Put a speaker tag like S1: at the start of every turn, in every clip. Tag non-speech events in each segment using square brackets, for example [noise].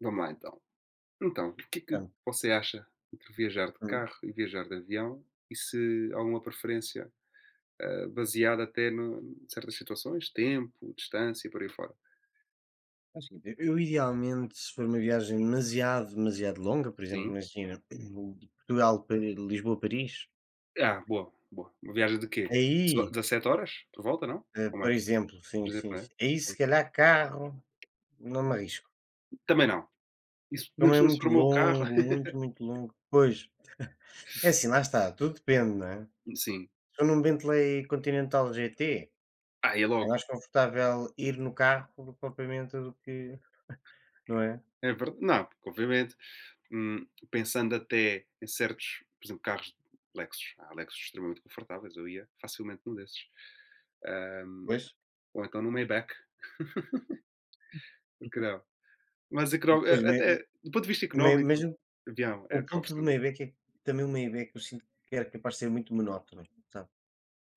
S1: Vamos lá então. Então, o que é que
S2: Portanto,
S1: você acha entre viajar de
S2: uhum.
S1: carro e viajar de avião? E se há alguma preferência, baseada até em certas situações? Tempo, distância e por aí fora?
S2: é eu idealmente, se for uma viagem demasiado, demasiado longa, por exemplo,
S1: Sim.
S2: imagina, [clears throat] de Portugal para Lisboa, Paris,
S1: Ah, boa, boa. Uma viagem de quê?
S2: aí,
S1: 17 horas por volta, não? Ou
S2: por
S1: mais?
S2: exemplo,
S1: Por
S2: sim,
S1: exemplo,
S2: sim,
S1: não
S2: sim,
S1: é?
S2: aí
S1: Sim.
S2: se calhar carro, não me arrisco.
S1: Também não. Isso, ainda
S2: Como é
S1: se
S2: muito
S1: for o meu carro.
S2: longo, muito, muito longo. Pois, é assim,
S1: [laughs]
S2: lá está, tudo depende, não é?
S1: Sim.
S2: Se eu num Bentley Continental GT,
S1: Ah, é
S2: é
S1: logo.
S2: mais confortável ir no carro do que propriamente não é?
S1: É verdade. Não, porque, obviamente. Pensando até em certos, por exemplo, carros Lexus. Há Lexus extremamente confortáveis, eu ia facilmente num desses. Hum,
S2: Pois,
S1: ou então num Maybach, por não? Mas
S2: pois me-
S1: até do ponto de vista
S2: me- mas
S1: económico, avião é
S2: o
S1: acaba por
S2: ponto
S1: ser
S2: do
S1: melhor.
S2: Maybach é que é, também o Maybach eu sinto que era capaz de ser muito monótono, sabe,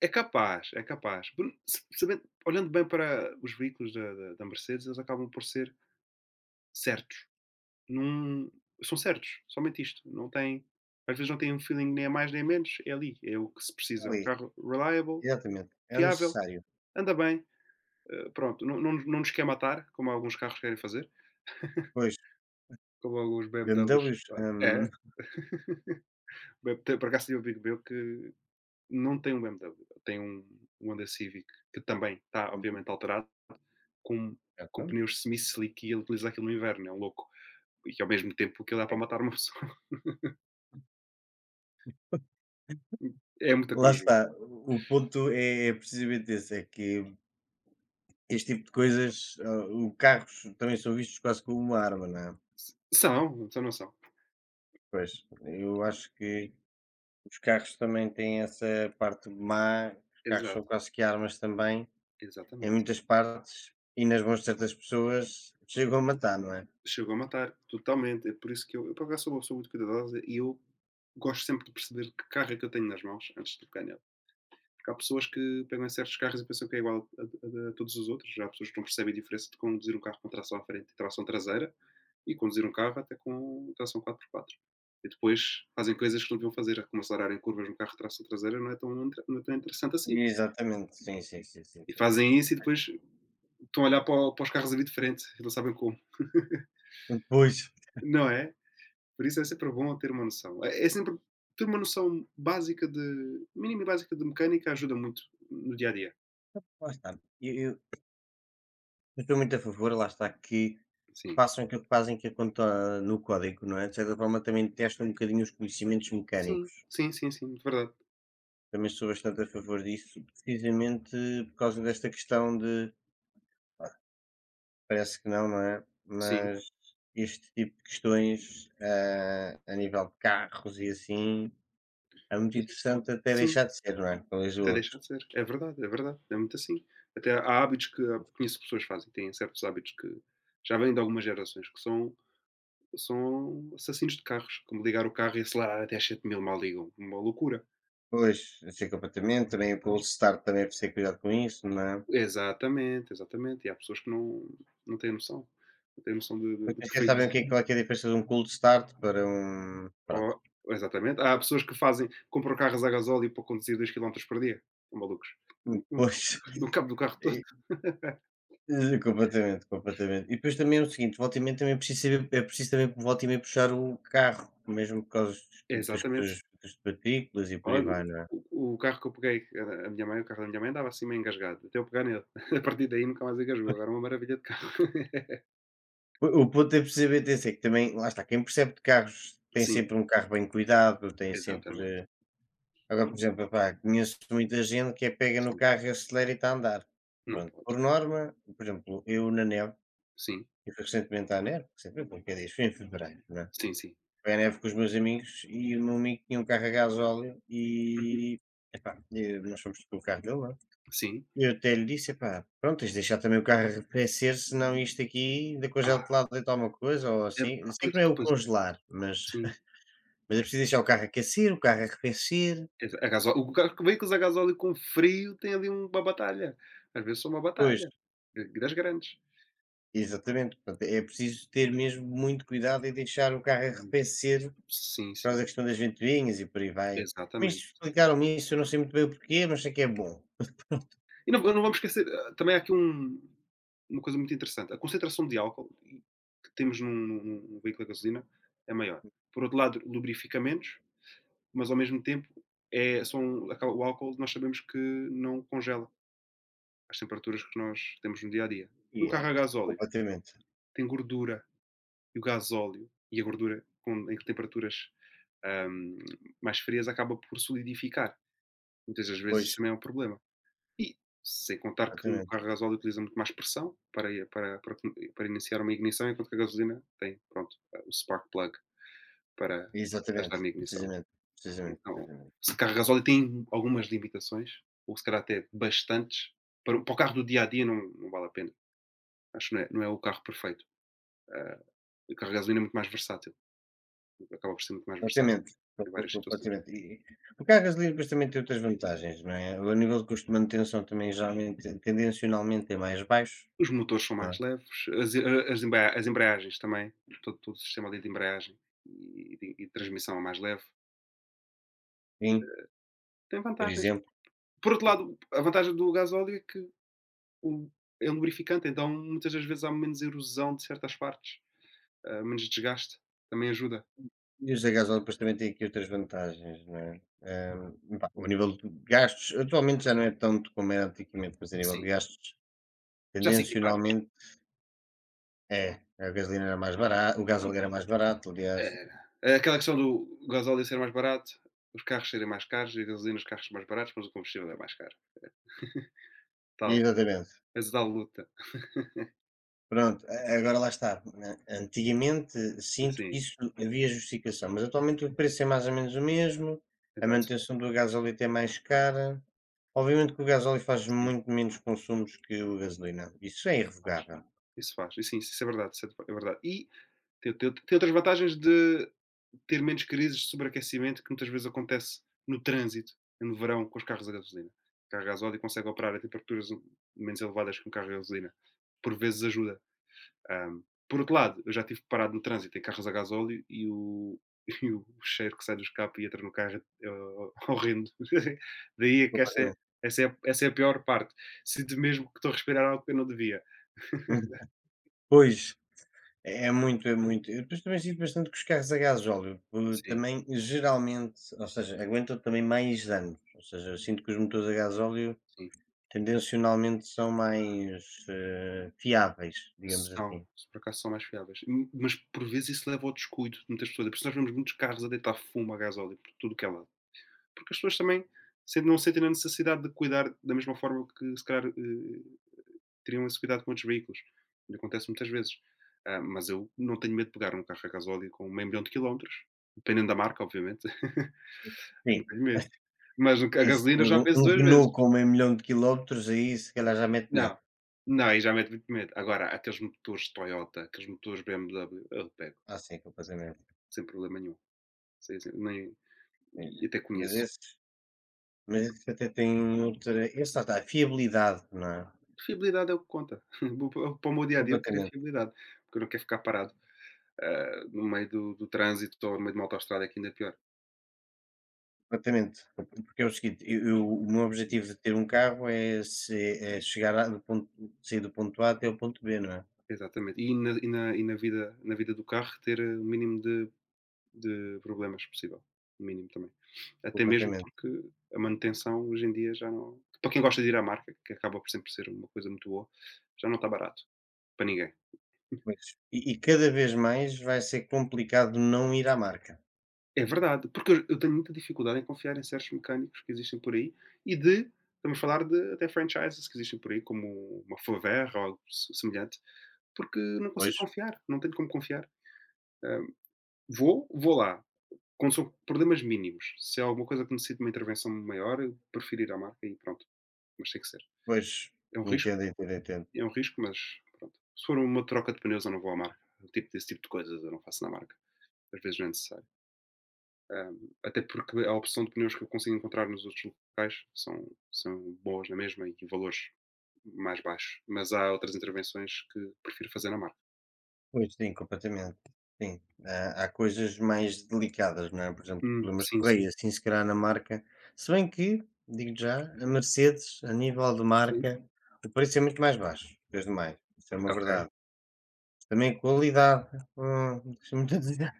S1: É capaz, é capaz. Por sa sabendo olhando bem para os veículos da Mercedes, eles acabam por ser certos. Num são certos, somente isto. Não tem às vezes não tem um feeling nem a mais nem a menos, é ali, é o que se
S2: é
S1: precisa. É um
S2: ali,
S1: carro reliable,
S2: exatamente, é o
S1: fiável.
S2: necessário.
S1: Anda bem, pronto, não nos não nos quer matar, como alguns carros querem fazer,
S2: Pois,
S1: como alguns BMWs
S2: BMWs,
S1: fazem. É, BMT por acaso tenho um amigo meu que não tem um BMW, tem um Honda Civic que também está obviamente
S2: [laughs]
S1: alterado, com
S2: certo,
S1: pneus semi-slick e ele utiliza aquilo no inverno, é um louco. E ao mesmo tempo que ele dá para
S2: é.
S1: matar uma pessoa. [laughs] É muito
S2: Lá
S1: corajoso.
S2: está, o ponto é precisamente esse, é que este tipo de coisas, o carros também são vistos quase como uma arma, não é?
S1: S São, então não são.
S2: Pois, eu acho que os carros também têm essa parte má, os carros são
S1: Exato,
S2: quase que armas também, em
S1: exatamente.
S2: muitas partes, e nas mãos de certas pessoas chegam a matar, não é?
S1: Chegou a matar, totalmente, é por isso que eu por acaso sou uma pessoa muito cuidadosa e eu gosto sempre de perceber que carro é que eu tenho nas mãos antes de pegar nele. Porque há pessoas que pegam em certos carros e pensam que é igual a todos os outros. Já há pessoas que não percebem a diferença de conduzir um carro com tração à frente e tração traseira e conduzir um carro até com tração 4x4. E depois fazem coisas que não deviam fazer, como acelerarem curvas no carro de tração traseira, não é tão interessante assim.
S2: Exatamente, sim, sim, sim, sim,
S1: E
S2: sim, sim.
S1: fazem isso e depois estão a olhar para os carros ali de frente e não sabem como.
S2: Depois,
S1: Não é? Por isso é sempre bom ter uma noção. É, sempre ter uma noção básica de mínima e básica de mecânica ajuda muito no dia a dia.
S2: lá está. Eu, eu- eu estou muito a favor, lá está, que
S1: Sim.
S2: façam aquilo que fazem que conta no código, não é? De certa forma também testam um bocadinho os conhecimentos
S1: Sim,
S2: mecânicos.
S1: sim, sim, sim, de verdade.
S2: Também sou bastante a favor disso, precisamente por causa desta questão de, parece que não, não é?
S1: Sim,
S2: Mas este tipo de questões a nível de carros e assim é muito
S1: pois é.
S2: interessante até
S1: Sim,
S2: deixar de ser, não é? Como diz o
S1: até
S2: outro.
S1: deixa de ser. É verdade, é verdade, é muito assim. Até há hábitos conheço pessoas que fazem, têm certos hábitos que já vêm de algumas gerações, que são assassinos de carros, como ligar o carro e acelerar até às 7000 mal ligam, uma loucura.
S2: Pois, achei completamente. Também o cold start também é preciso ter cuidado com isso, não é?
S1: Exatamente, exatamente, e há pessoas que não têm noção, não têm noção de do
S2: Porque
S1: que
S2: vocês
S1: vem a.
S2: sabem o que é, qual é que é a diferença de um cold start para um.
S1: Oh,
S2: Pronto.
S1: exatamente, há pessoas que fazem compram carros a gasóleo para conduzir 2 km por dia. São malucos. No cabo
S2: Pois.
S1: no cabo do
S2: [laughs]
S1: carro todo.
S2: e-
S1: [laughs]
S2: completamente, completamente. E depois também é o seguinte: volta e meia também é preciso saber, é preciso também volta e meia puxar o carro, mesmo por causa das coisas
S1: Exatamente.
S2: das matrículas e por aí
S1: Olha,
S2: vai, não é?
S1: o carro que eu peguei, era a minha mãe o carro da minha mãe andava assim meio engasgado, até eu pegar nele. [laughs] A partir daí nunca mais engasgou, agora
S2: [laughs]
S1: é uma maravilha de carro. [laughs]
S2: O ponto é preciso saber, atenção, é que também, lá está, quem percebe de carros tem
S1: Sim,
S2: sempre um carro bem cuidado, tem
S1: exatamente.
S2: sempre. Agora, por exemplo, epá, conheço muita gente que é pega no
S1: Sim,
S2: carro e acelera e está a andar.
S1: não
S2: Pronto.
S1: pode.
S2: Por norma, por exemplo, eu na neve,
S1: Sim,
S2: eu fui recentemente à neve, recentemente, porque é disso, foi em fevereiro, não é?
S1: sim, sim.
S2: Foi à neve com os meus amigos e o meu amigo tinha um carro a gasóleo
S1: Uhum.
S2: e, epá, e nós fomos com o carro dele, não é?
S1: Sim.
S2: E eu até lhe disse, epá, pronto, tens de deixar também o carro arrefecer, senão isto aqui, ainda
S1: Ah,
S2: congela-te lá dentro alguma coisa ou assim. Sei que
S1: pois
S2: não é
S1: que
S2: o
S1: pois é.
S2: congelar, mas,
S1: Sim,
S2: [laughs] mas é preciso deixar o carro aquecer, o carro arrefecer.
S1: exa a gasó o carro que veículos a gasóleo com frio tem ali uma batalha, às vezes são uma batalha, das grandes.
S2: Exatamente, portanto, é preciso ter mesmo muito cuidado e deixar o carro
S1: Muito.
S2: arrefecer por
S1: Sim,
S2: causa
S1: sim,
S2: da questão das ventoinhas e por aí vai. Mas
S1: exatamente.
S2: explicaram-me isso, eu não sei muito bem o porquê, mas sei que é bom.
S1: E não vamos esquecer, também há aqui uma coisa muito interessante. A concentração de álcool que temos num veículo a gasolina é maior. Por outro lado, lubrifica menos, mas ao mesmo tempo o álcool nós sabemos que não congela as temperaturas que nós temos no dia a dia. Um
S2: E é,
S1: carro a gasóleo
S2: completamente.
S1: tem gordura e o gasóleo e a gordura em temperaturas ahm, mais frias acaba por solidificar. Muitas das vezes
S2: Pois,
S1: isso também é um problema. E sem contar que um
S2: exatamente.
S1: carro a gasóleo utiliza muito mais pressão para i para para que para iniciar uma ignição, enquanto que a gasolina tem, pronto, o spark plug para ajudar na
S2: Exatamente,
S1: ignição.
S2: precisamente, precisamente,
S1: Então,
S2: precisamente.
S1: se o carro a gasóleo tem algumas limitações, ou se calhar até bastantes, para o carro do dia a dia não vale a pena. Acho que não é o carro perfeito. Ah, o carro a gasolina é muito mais versátil, acaba por ser muito mais versátil
S2: Exatamente,
S1: em várias situações.
S2: completamente. E o carro a gasolina depois também tem outras vantagens, não é? O nível de custo de manutenção também geralmente, tendencionalmente é mais baixo,
S1: Os motores são
S2: não
S1: mais
S2: é?
S1: leves, as as embreagens também, todo o sistema ali de embreagem e transmissão é mais leve,
S2: Sim,
S1: tem
S2: por
S1: vantagens.
S2: exemplo.
S1: Por outro lado, a vantagem do gasóleo é que o é lubrificante, então muitas das vezes há menos erosão de certas partes, menos desgaste, também ajuda.
S2: E os da gasóleo depois também têm aqui outras vantagens, não é? Pá, o nível de gastos atualmente já não é tanto como era antigamente, mas a nível de
S1: Sim,
S2: gastos,
S1: já se equipara.
S2: tendencionalmente é. A gasolina era mais barata o gasóleo era mais barato, aliás.
S1: Era. É aquela questão do gasóleo ser mais barato, os carros serem mais caros e a gasolina os carros mais baratos, mas o combustível é mais caro, tal
S2: Exatamente.
S1: essa tal luta.
S2: Pronto, a agora lá está, né, antigamente sinto que
S1: Sim,
S2: isso havia justificação, mas atualmente o preço é mais ou menos o mesmo, a
S1: exato.
S2: manutenção do gasóleo é mais cara. Obviamente que o gasóleo faz
S1: Sim.
S2: muito menos consumos que o gasolina, isso é
S1: Faz.
S2: irrevogável,
S1: Isso faz. Isso sim, isso é verdade, isso é verdade. E tem outras vantagens de ter menos crises de sobreaquecimento que muitas vezes acontece no trânsito, no verão, com os carros a gasolina. O carro a gasóleo consegue operar a temperaturas menos elevadas que um carro a gasolina. Por vezes ajuda. Hã, por outro lado, eu já estive parado no trânsito em carros a gasóleo e o [laughs] e o cheiro que sai do escape e entra no carro é horrendo. [laughs] Daí é que
S2: completamente.
S1: essa é a pior parte. Sinto mesmo que estou a respirar algo que eu não devia.
S2: Pois, é é muito, é muito. Eu depois também sinto bastante que os carros a gasóleo,
S1: Sim,
S2: também geralmente, ou seja, aguentam também mais anos, ou seja, eu sinto que os motores a gasóleo
S1: sim.
S2: tendencionalmente são mais, fiáveis, digamos
S1: São,
S2: assim.
S1: por acaso são mais fiáveis. Mas por vezes isso leva ao descuido de muitas pessoas. É por isso nós vemos muitos carros a deitar fumo a gasóleo por tudo que é lado. Porque as pessoas também não sentem a necessidade de cuidar da mesma forma que se calhar teriam esse cuidado com outros veículos. E acontece muitas vezes. Ah, mas eu não tenho medo de pegar um carro a gasóleo com meio milhão de quilómetros, dependendo da marca, obviamente. [laughs] Eu não
S2: Sim,
S1: tenho medo. Mas a
S2: e se
S1: gasolina
S2: for
S1: já
S2: um
S1: penso duas vezes.
S2: Renault com meio milhão de quilómetros, aí se calhar já mete
S1: Não.
S2: medo.
S1: Não, aí já mete muito medo. Agora, aqueles motores Toyota, aqueles motores BMW, eu pego
S2: Ah, sim, completamente.
S1: sem problema nenhum. Sem- sem- nem-
S2: Sim,
S1: e até
S2: sim. Mas
S1: conheço.
S2: esses mas esses até têm outra esse lá está, a fiabilidade, não é?
S1: Fiabilidade é o que conta. [laughs] Para o meu dia a dia eu quero é
S2: Completamente.
S1: fiabilidade, porque eu não quero ficar parado no meio do trânsito ou no meio de uma autostrada, que ainda é pior.
S2: Completamente porque é o seguinte, eu o meu
S1: Sim,
S2: objetivo de ter um carro é se é chegar a do ponto sair do ponto A até o ponto B, não é?
S1: exatamente. Na vida do carro ter o mínimo de problemas possível. O mínimo também. Até mesmo
S2: Completamente,
S1: porque a manutenção hoje em dia já não. Para quem gosta de ir à marca, que acaba por sempre ser uma coisa muito boa, já não está barato para ninguém.
S2: pois. E cada vez mais vai ser complicado não ir à marca.
S1: É verdade, porque eu tenho muita dificuldade em confiar em certos mecânicos que existem por aí e de vamos falar de até franchises que existem por aí, como uma Favert ou algo semelhante, porque não
S2: Pois,
S1: consigo confiar, não tenho como confiar. Hã, vou lá, quando são problemas mínimos. Se é alguma coisa que necessita de uma intervenção maior, eu prefiro ir à marca e pronto, mas tem que ser.
S2: pois,
S1: É um risco,
S2: entendo, entendo, entendo.
S1: é um risco, mas pronto. Se for uma troca de pneus, eu não vou à marca. Desse tipo de coisas eu não faço na marca. Às vezes não é necessário. Até porque a opção de pneus que eu consigo encontrar nos outros locais são boas na mesma e valores mais baixos. Mas há outras intervenções que prefiro fazer na marca.
S2: Pois sim, completamente, sim. Há coisas mais delicadas, não é? Por exemplo, problemas de
S1: Sim, sim,
S2: correia, assim, se calhar na marca se bem que, digo já, a Mercedes, a nível de
S1: sim.
S2: marca, o preço é muito mais baixo, desde mais, isso é uma
S1: Ok.
S2: verdade. Também qualidade, deixa-me te [laughs] dizer.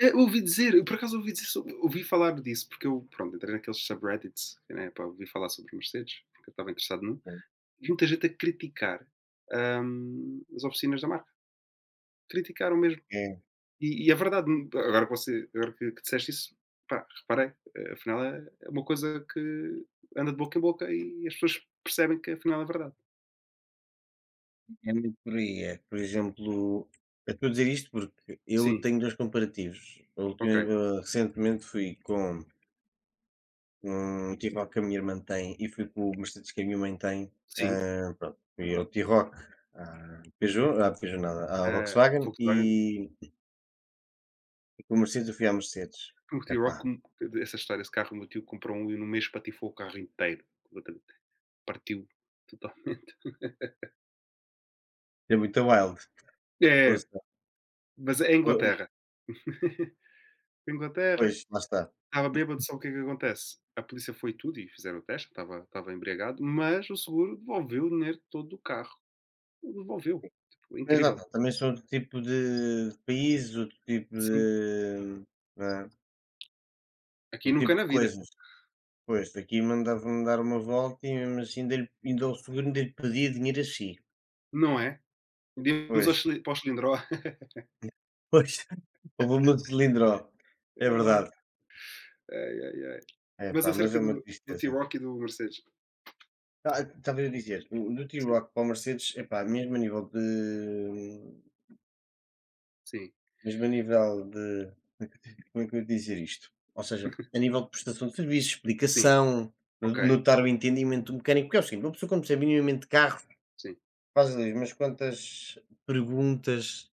S1: É, ouvi dizer, eu por acaso ouvi dizer, ouvi falar disso, porque eu, pronto, entrei naqueles subreddits, né, para ouvir falar sobre Mercedes, porque eu estava interessado num. E muita gente a criticar as oficinas da marca. Criticaram mesmo.
S2: É,
S1: E é verdade, agora que, disseste isso, pá, reparei, afinal é uma coisa que anda de boca em boca e as pessoas percebem que afinal é verdade.
S2: é muito por aí, é. Por exemplo, eu estou a dizer isto porque eu
S1: Sim,
S2: tenho 2 comparativos. A última
S1: ok,
S2: recentemente fui com um T-Roc que a minha irmã tem e fui com o Mercedes que a minha mãe tem,
S1: sim,
S2: pronto, fui ao T-Roc, à Peugeot nada, à
S1: eh,
S2: Volkswagen
S1: Volkswagen.
S2: e com o Mercedes eu fui à Mercedes.
S1: O meu tio Rock,
S2: Epá,
S1: essa história, esse carro, o meu tio comprou um e no mês patifou o carro inteiro, completamente, partiu totalmente. [laughs]
S2: é muito wild.
S1: É,
S2: Ouça,
S1: mas é Inglaterra. [laughs] Inglaterra.
S2: pois, lá está.
S1: Estava bêbado, sabe o que é que acontece? A polícia foi tudo e fizeram o teste, estava embriagado, mas o seguro devolveu o dinheiro todo do carro. Devolveu. Tipo, é
S2: Mas lá
S1: incrível.
S2: está, também são outro tipo de países, outro tipo
S1: Sim.
S2: de. Não é?
S1: Aqui
S2: Outro
S1: nunca
S2: tipo
S1: na
S2: de
S1: vida,
S2: coisas. Pois, daqui mandava-me dar uma volta e mesmo assim ainda, lhe- ainda o seguro ainda lhe pedia dinheiro a si.
S1: não é? Devíamos
S2: Pois,
S1: ao Chili para o Chilindró. [laughs]
S2: [laughs] pois, houve uma cilindro. É
S1: É logo.
S2: verdade.
S1: Ai, ai, ai.
S2: É
S1: Mas
S2: pá, mas é
S1: acerca
S2: uma
S1: do
S2: tristeza.
S1: T-Rock e do Mercedes.
S2: Ah, estava a dizer, do
S1: Sim,
S2: T-Rock para o Mercedes, é pá, mesmo a nível de.
S1: sim,
S2: Mesmo a nível de como é que eu te- como é que eu ia dizer isto? Ou seja, a nível de prestação de serviços,
S1: sim,
S2: explicação, no
S1: ok,
S2: notar o entendimento do mecânico, porque é o seguinte, uma pessoa quando percebe minimamente de carro,
S1: sim.
S2: faz ali umas quantas perguntas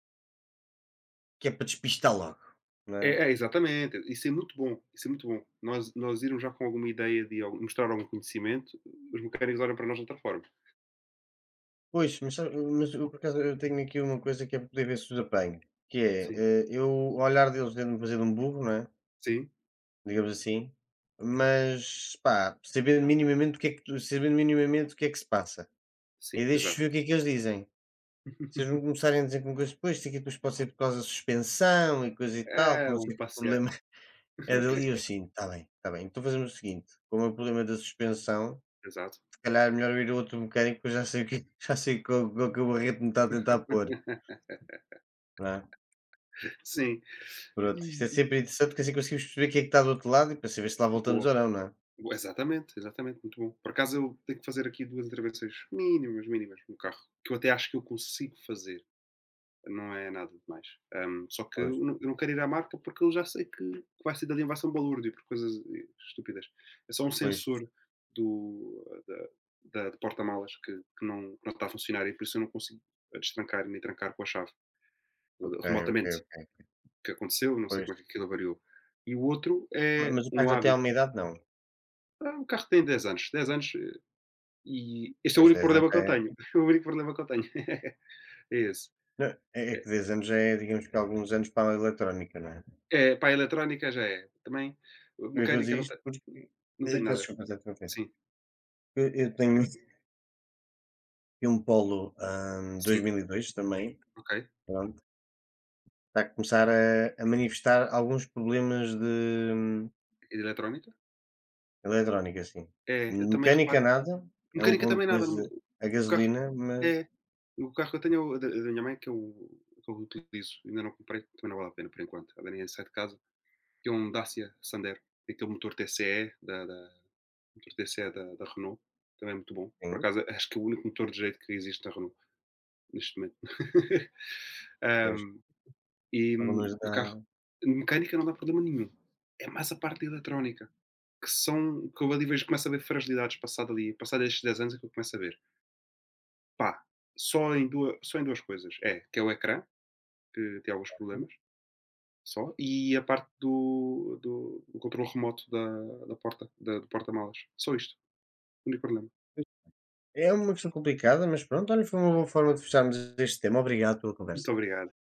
S2: que é para despistar logo, não é?
S1: É, exatamente, isso é muito bom, isso é muito bom. Nós irmos já com alguma ideia de al mostrar algum conhecimento, os mecânicos olham para nós de outra forma.
S2: Pois, mas sabe mas eu por acaso eu tenho aqui uma coisa que é para poder ver se os apanho, que é,
S1: Sim,
S2: eu ao olhar deles dentro-me fazer de um burro, não é,
S1: sim,
S2: digamos assim, mas, pá, sabendo minimamente o que é que sabendo minimamente o que é que se passa, e
S1: sim,
S2: deixo-os ver o
S1: exato.
S2: que é que eles dizem. Se eles não
S1: [laughs]
S2: começarem a dizer que coisas depois, sei que depois pode ser por causa da suspensão e coisa e tal, que
S1: É,
S2: não
S1: vamos
S2: sei que o
S1: passear.
S2: problema [laughs] é dali, eu
S1: [laughs]
S2: sim está bem, está bem. Então fazemos o seguinte, como é o problema da suspensão,
S1: Exato.
S2: se calhar é melhor ir a outro mecânico, que eu já sei o que, [laughs] já sei qual, qual que é o barreto que me está a tentar pôr,
S1: [laughs]
S2: não é?
S1: Sim. E
S2: Pronto, isto é
S1: e-
S2: sempre interessante, porque assim conseguimos perceber quem é que está do outro lado e para saber se lá voltamos
S1: boa.
S2: ou não, não é?
S1: Boa, exatamente, exatamente, muito bom. Por acaso eu tenho que fazer aqui 2 intervenções mínimas, mínimas no carro, que eu até acho que eu consigo fazer, não é nada demais. Só que
S2: Pois,
S1: eu não quero ir à marca porque eu já sei que vai ser dali vai ser um balúrdio por coisas, estúpidas. É só um
S2: pois,
S1: sensor do da da do porta-malas que não está a funcionar e por isso eu não consigo, destrancar nem trancar com a chave,
S2: ok, ok,
S1: remotamente.
S2: ok,
S1: Que aconteceu, não sei
S2: pois.
S1: como é que aquilo variou. E o outro é
S2: Mas o carro
S1: um
S2: já tem
S1: hábito.
S2: alguma idade? Não.
S1: Ah, o carro tem 10 anos, 10 anos e este é o
S2: Pois,
S1: único
S2: 10 anos
S1: problema que
S2: já
S1: eu tenho.
S2: é...
S1: [laughs] O único problema que eu tenho. [laughs] É esse.
S2: Não, é
S1: É,
S2: que 10 anos já é, digamos que alguns anos para a eletrónica, não é?
S1: é, pá, a eletrónica já é. Também,
S2: Eu estou a
S1: mecânica
S2: dizer
S1: não
S2: isto
S1: tenho,
S2: porque eu peço
S1: nada.
S2: desculpa, está tudo ok.
S1: Sim,
S2: Eu tenho [laughs] um Polo,
S1: sim,
S2: 2002 também,
S1: ok.
S2: pronto, está a começar a manifestar alguns problemas de
S1: E de eletrónica?
S2: eletrónica, sim.
S1: É, eu também
S2: Mecânica
S1: reparo.
S2: nada, é um
S1: Mecânica também nada.
S2: 1.2 a
S1: O carro
S2: gasolina, mas
S1: é. O carro que eu tenho é o da minha mãe, que eu utilizo. Ainda não comprei, também não vale a pena por enquanto. A Daniela sai de casa que é um Dacia Sandero, aquele motor TCE da Renault, também é muito bom. Por
S2: sim,
S1: acaso, acho que é o único motor de jeito que existe na Renault neste momento. [laughs]
S2: pois,
S1: Ahm, e
S2: problemas
S1: o carro,
S2: da
S1: mecânica não dá problema nenhum. É mais a parte eletrónica, que são, que eu ali vejo, começo a ver fragilidades passado estes 10 anos é que eu começo a ver. Pá, só em duas coisas. É, que é o ecrã, que tem alguns problemas. Só, e a parte do controle remoto da porta, da do porta-malas. Só isto. O único problema.
S2: é uma questão complicada, mas pronto, olha, foi uma boa forma de fecharmos este tema. Obrigado pela
S1: Muito
S2: conversa.
S1: obrigado.